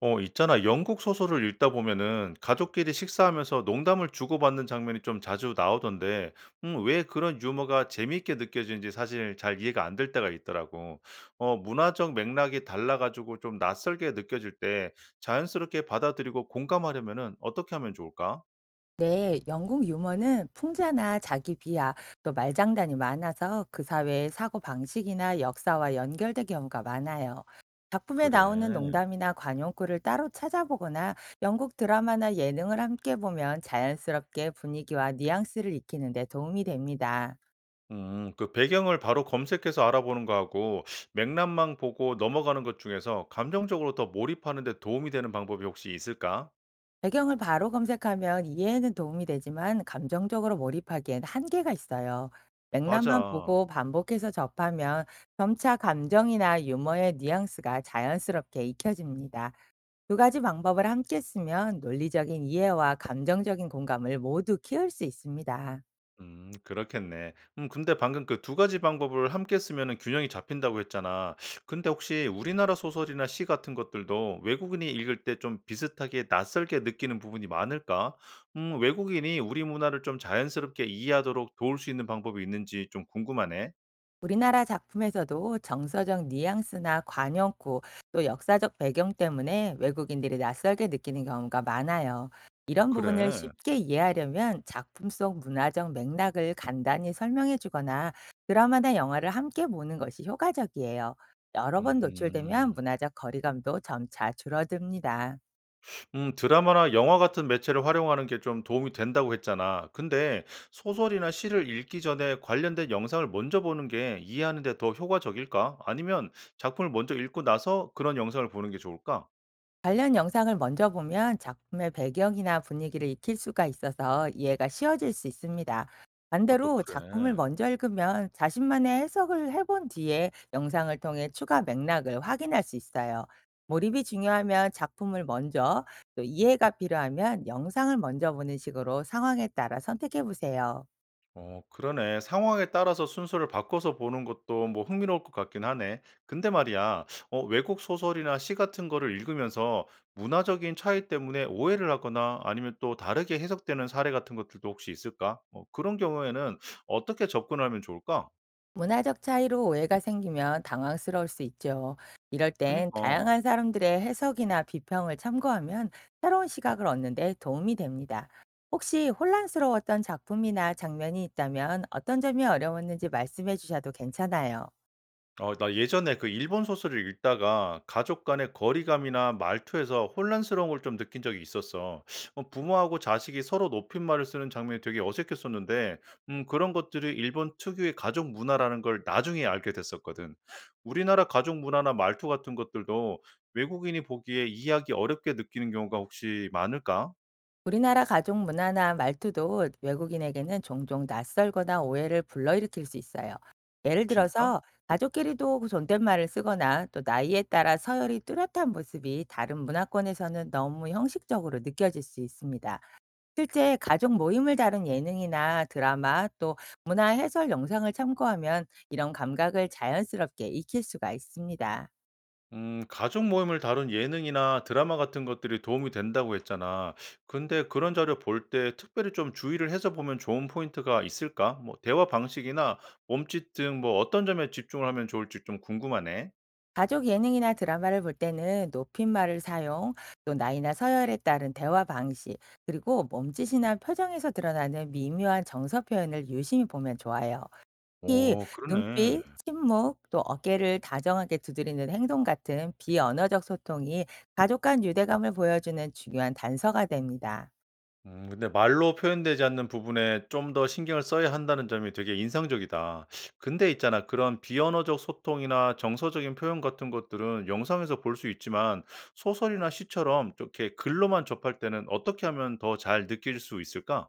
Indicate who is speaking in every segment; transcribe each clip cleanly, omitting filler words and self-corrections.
Speaker 1: 있잖아. 영국 소설을 읽다 보면은 가족끼리 식사하면서 농담을 주고받는 장면이 좀 자주 나오던데, 왜 그런 유머가 재미있게 느껴지는지 사실 잘 이해가 안 될 때가 있더라고. 문화적 맥락이 달라가지고 좀 낯설게 느껴질 때 자연스럽게 받아들이고 공감하려면은 어떻게 하면 좋을까?
Speaker 2: 네, 영국 유머는 풍자나 자기 비하, 또 말장난이 많아서 그 사회의 사고 방식이나 역사와 연결된 경우가 많아요. 작품에
Speaker 1: 그래.
Speaker 2: 나오는 농담이나 관용구를 따로 찾아보거나 영국 드라마나 예능을 함께 보면 자연스럽게 분위기와 뉘앙스를 익히는 데 도움이 됩니다.
Speaker 1: 그 배경을 바로 검색해서 알아보는 거하고 맥락만 보고 넘어가는 것 중에서 감정적으로 더 몰입하는 데 도움이 되는 방법이 혹시 있을까?
Speaker 2: 배경을 바로 검색하면 이해에는 도움이 되지만 감정적으로 몰입하기엔 한계가 있어요. 맥락만
Speaker 1: 맞아.
Speaker 2: 보고 반복해서 접하면 점차 감정이나 유머의 뉘앙스가 자연스럽게 익혀집니다. 두 가지 방법을 함께 쓰면 논리적인 이해와 감정적인 공감을 모두 키울 수 있습니다.
Speaker 1: 그렇겠네. 근데 방금 그 두 가지 방법을 함께 쓰면은 균형이 잡힌다고 했잖아. 근데 혹시 우리나라 소설이나 시 같은 것들도 외국인이 읽을 때 좀 비슷하게 낯설게 느끼는 부분이 많을까? 외국인이 우리 문화를 좀 자연스럽게 이해하도록 도울 수 있는 방법이 있는지 좀 궁금하네.
Speaker 2: 우리나라 작품에서도 정서적 뉘앙스나 관용구, 또 역사적 배경 때문에 외국인들이 낯설게 느끼는 경우가 많아요.
Speaker 1: 어
Speaker 2: 이런 부분을
Speaker 1: 그래.
Speaker 2: 쉽게 이해하려면 작품 속 문화적 맥락을 간단히 설명해 주거나 드라마나 영화를 함께 보는 것이 효과적이에요. 여러 번 노출되면
Speaker 1: 음
Speaker 2: 문화적 거리감도 점차 줄어듭니다.
Speaker 1: 드라마나 영화 같은 매체를 활용하는 게 좀 도움이 된다고 했잖아. 근데 소설이나 시를 읽기 전에 관련된 영상을 먼저 보는 게 이해하는 데 더 효과적일까? 아니면 작품을 먼저 읽고 나서 그런 영상을 보는 게 좋을까?
Speaker 2: 관련 영상을 먼저 보면 작품의 배경이나 분위기를 익힐 수가 있어서 이해가 쉬워질 수 있습니다.
Speaker 1: 아, 또
Speaker 2: 반대로 작품을
Speaker 1: 그래.
Speaker 2: 먼저 읽으면 자신만의 해석을 해본 뒤에 영상을 통해 추가 맥락을 확인할 수 있어요. 몰입이 중요하면 작품을 먼저, 또 이해가 필요하면 영상을 먼저 보는 식으로 상황에 따라 선택해 보세요.
Speaker 1: 그러네. 상황에 따라서 순서를 바꿔서 보는 것도 뭐 흥미로울 것 같긴 하네. 근데 말이야, 외국 소설이나 시 같은 거를 읽으면서 문화적인 차이 때문에 오해를 하거나 아니면 또 다르게 해석되는 사례 같은 것들도 혹시 있을까? 그런 경우에는 어떻게 접근하면 좋을까?
Speaker 2: 문화적 차이로 오해가 생기면 당황스러울 수 있죠. 이럴 땐
Speaker 1: 그니까.
Speaker 2: 다양한 사람들의 해석이나 비평을 참고하면 새로운 시각을 얻는데 도움이 됩니다. 혹시 혼란스러웠던 작품이나 장면이 있다면 어떤 점이 어려웠는지 말씀해 주셔도 괜찮아요.
Speaker 1: 나 예전에 그 일본 소설을 읽다가 가족 간의 거리감이나 말투에서 혼란스러운 걸 좀 느낀 적이 있었어. 부모하고 자식이 서로 높임말을 쓰는 장면이 되게 어색했었는데, 그런 것들이 일본 특유의 가족 문화라는 걸 나중에 알게 됐었거든. 우리나라 가족 문화나 말투 같은 것들도 외국인이 보기에 이해하기 어렵게 느끼는 경우가 혹시 많을까?
Speaker 2: 우리나라 가족 문화나 말투도 외국인에게는 종종 낯설거나 오해를 불러일으킬 수 있어요. 예를
Speaker 1: 진짜?
Speaker 2: 들어서 가족끼리도 존댓말을 쓰거나 또 나이에 따라 서열이 뚜렷한 모습이 다른 문화권에서는 너무 형식적으로 느껴질 수 있습니다. 실제 가족 모임을 다룬 예능이나 드라마 또 문화 해설 영상을 참고하면 이런 감각을 자연스럽게 익힐 수가 있습니다.
Speaker 1: 가족 모임을 다룬 예능이나 드라마 같은 것들이 도움이 된다고 했잖아. 근데 그런 자료 볼 때 특별히 좀 주의를 해서 보면 좋은 포인트가 있을까? 뭐, 대화 방식이나 몸짓 등 뭐 어떤 점에 집중을 하면 좋을지 좀 궁금하네.
Speaker 2: 가족 예능이나 드라마를 볼 때는 높임말을 사용, 또 나이나 서열에 따른 대화 방식, 그리고 몸짓이나 표정에서 드러나는 미묘한 정서 표현을 유심히 보면 좋아요.
Speaker 1: 오, 그러네.
Speaker 2: 눈빛, 침묵, 또 어깨를 다정하게 두드리는 행동 같은 비언어적 소통이 가족 간 유대감을 보여주는 중요한 단서가 됩니다.
Speaker 1: 근데 말로 표현되지 않는 부분에 좀 더 신경을 써야 한다는 점이 되게 인상적이다. 근데 있잖아. 그런 비언어적 소통이나 정서적인 표현 같은 것들은 영상에서 볼 수 있지만 소설이나 시처럼 이렇게 글로만 접할 때는 어떻게 하면 더 잘 느낄 수 있을까?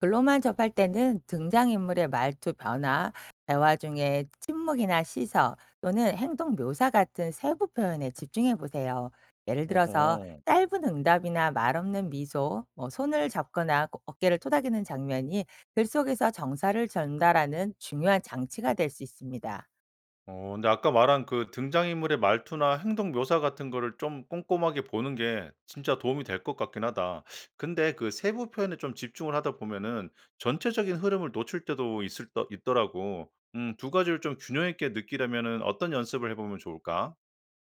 Speaker 2: 글로만 접할 때는 등장인물의 말투 변화, 대화 중에 침묵이나 시서 또는 행동 묘사 같은 세부 표현에 집중해 보세요. 예를 들어서
Speaker 1: 어허.
Speaker 2: 짧은 응답이나 말 없는 미소, 뭐 손을 잡거나 어깨를 토닥이는 장면이 글 속에서 정사를 전달하는 중요한 장치가 될 수 있습니다.
Speaker 1: 근데 아까 말한 그 등장인물의 말투나 행동 묘사 같은 거를 좀 꼼꼼하게 보는 게 진짜 도움이 될 것 같긴 하다. 근데 그 세부 표현에 좀 집중을 하다 보면은 전체적인 흐름을 놓칠 때도 있을 더 있더라고. 두 가지를 좀 균형 있게 느끼려면은 어떤 연습을 해 보면 좋을까?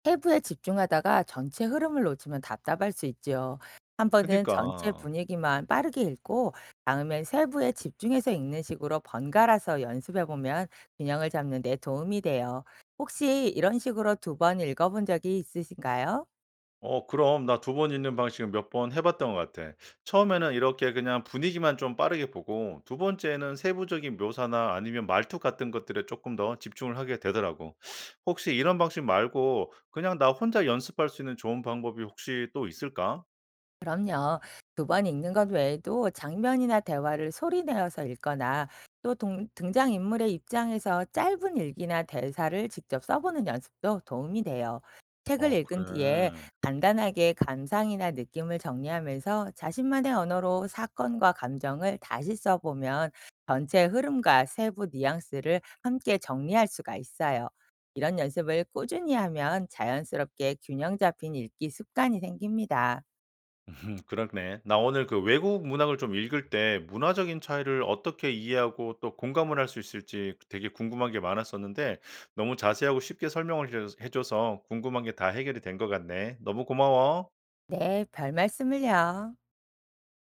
Speaker 2: 세부에 집중하다가 전체 흐름을 놓치면 답답할 수 있죠. 한 번은
Speaker 1: 그니까.
Speaker 2: 전체 분위기만 빠르게 읽고 다음엔 세부에 집중해서 읽는 식으로 번갈아서 연습해 보면 균형을 잡는 데 도움이 돼요. 혹시 이런 식으로 두 번 읽어본 적이 있으신가요?
Speaker 1: 그럼 나 두 번 있는 방식은 몇 번 해 봤던 것 같아. 처음에는 이렇게 그냥 분위기만 좀 빠르게 보고 두 번째는 세부적인 묘사나 아니면 말투 같은 것들에 조금 더 집중을 하게 되더라고. 혹시 이런 방식 말고 그냥 나 혼자 연습할 수 있는 좋은 방법이 혹시 또 있을까?
Speaker 2: 그럼요. 두 번 읽는 것 외에도 장면이나 대화를 소리 내어서 읽거나 또 동 등장인물의 입장에서 짧은 일기나 대사를 직접 써보는 연습도 도움이 돼요. 책을
Speaker 1: 어
Speaker 2: 읽은 뒤에
Speaker 1: 그래.
Speaker 2: 간단하게 감상이나 느낌을 정리하면서 자신만의 언어로 사건과 감정을 다시 써보면 전체 흐름과 세부 뉘앙스를 함께 정리할 수가 있어요. 이런 연습을 꾸준히 하면 자연스럽게 균형 잡힌 읽기 습관이 생깁니다.
Speaker 1: 그렇네. 나 오늘 그 외국 문학을 좀 읽을 때 문화적인 차이를 어떻게 이해하고 또 공감을 할 수 있을지 되게 궁금한 게 많았었는데 너무 자세하고 쉽게 설명을 해 줘서 궁금한 게 다 해결이 된 것 같네. 너무 고마워.
Speaker 2: 네, 별 말씀을요.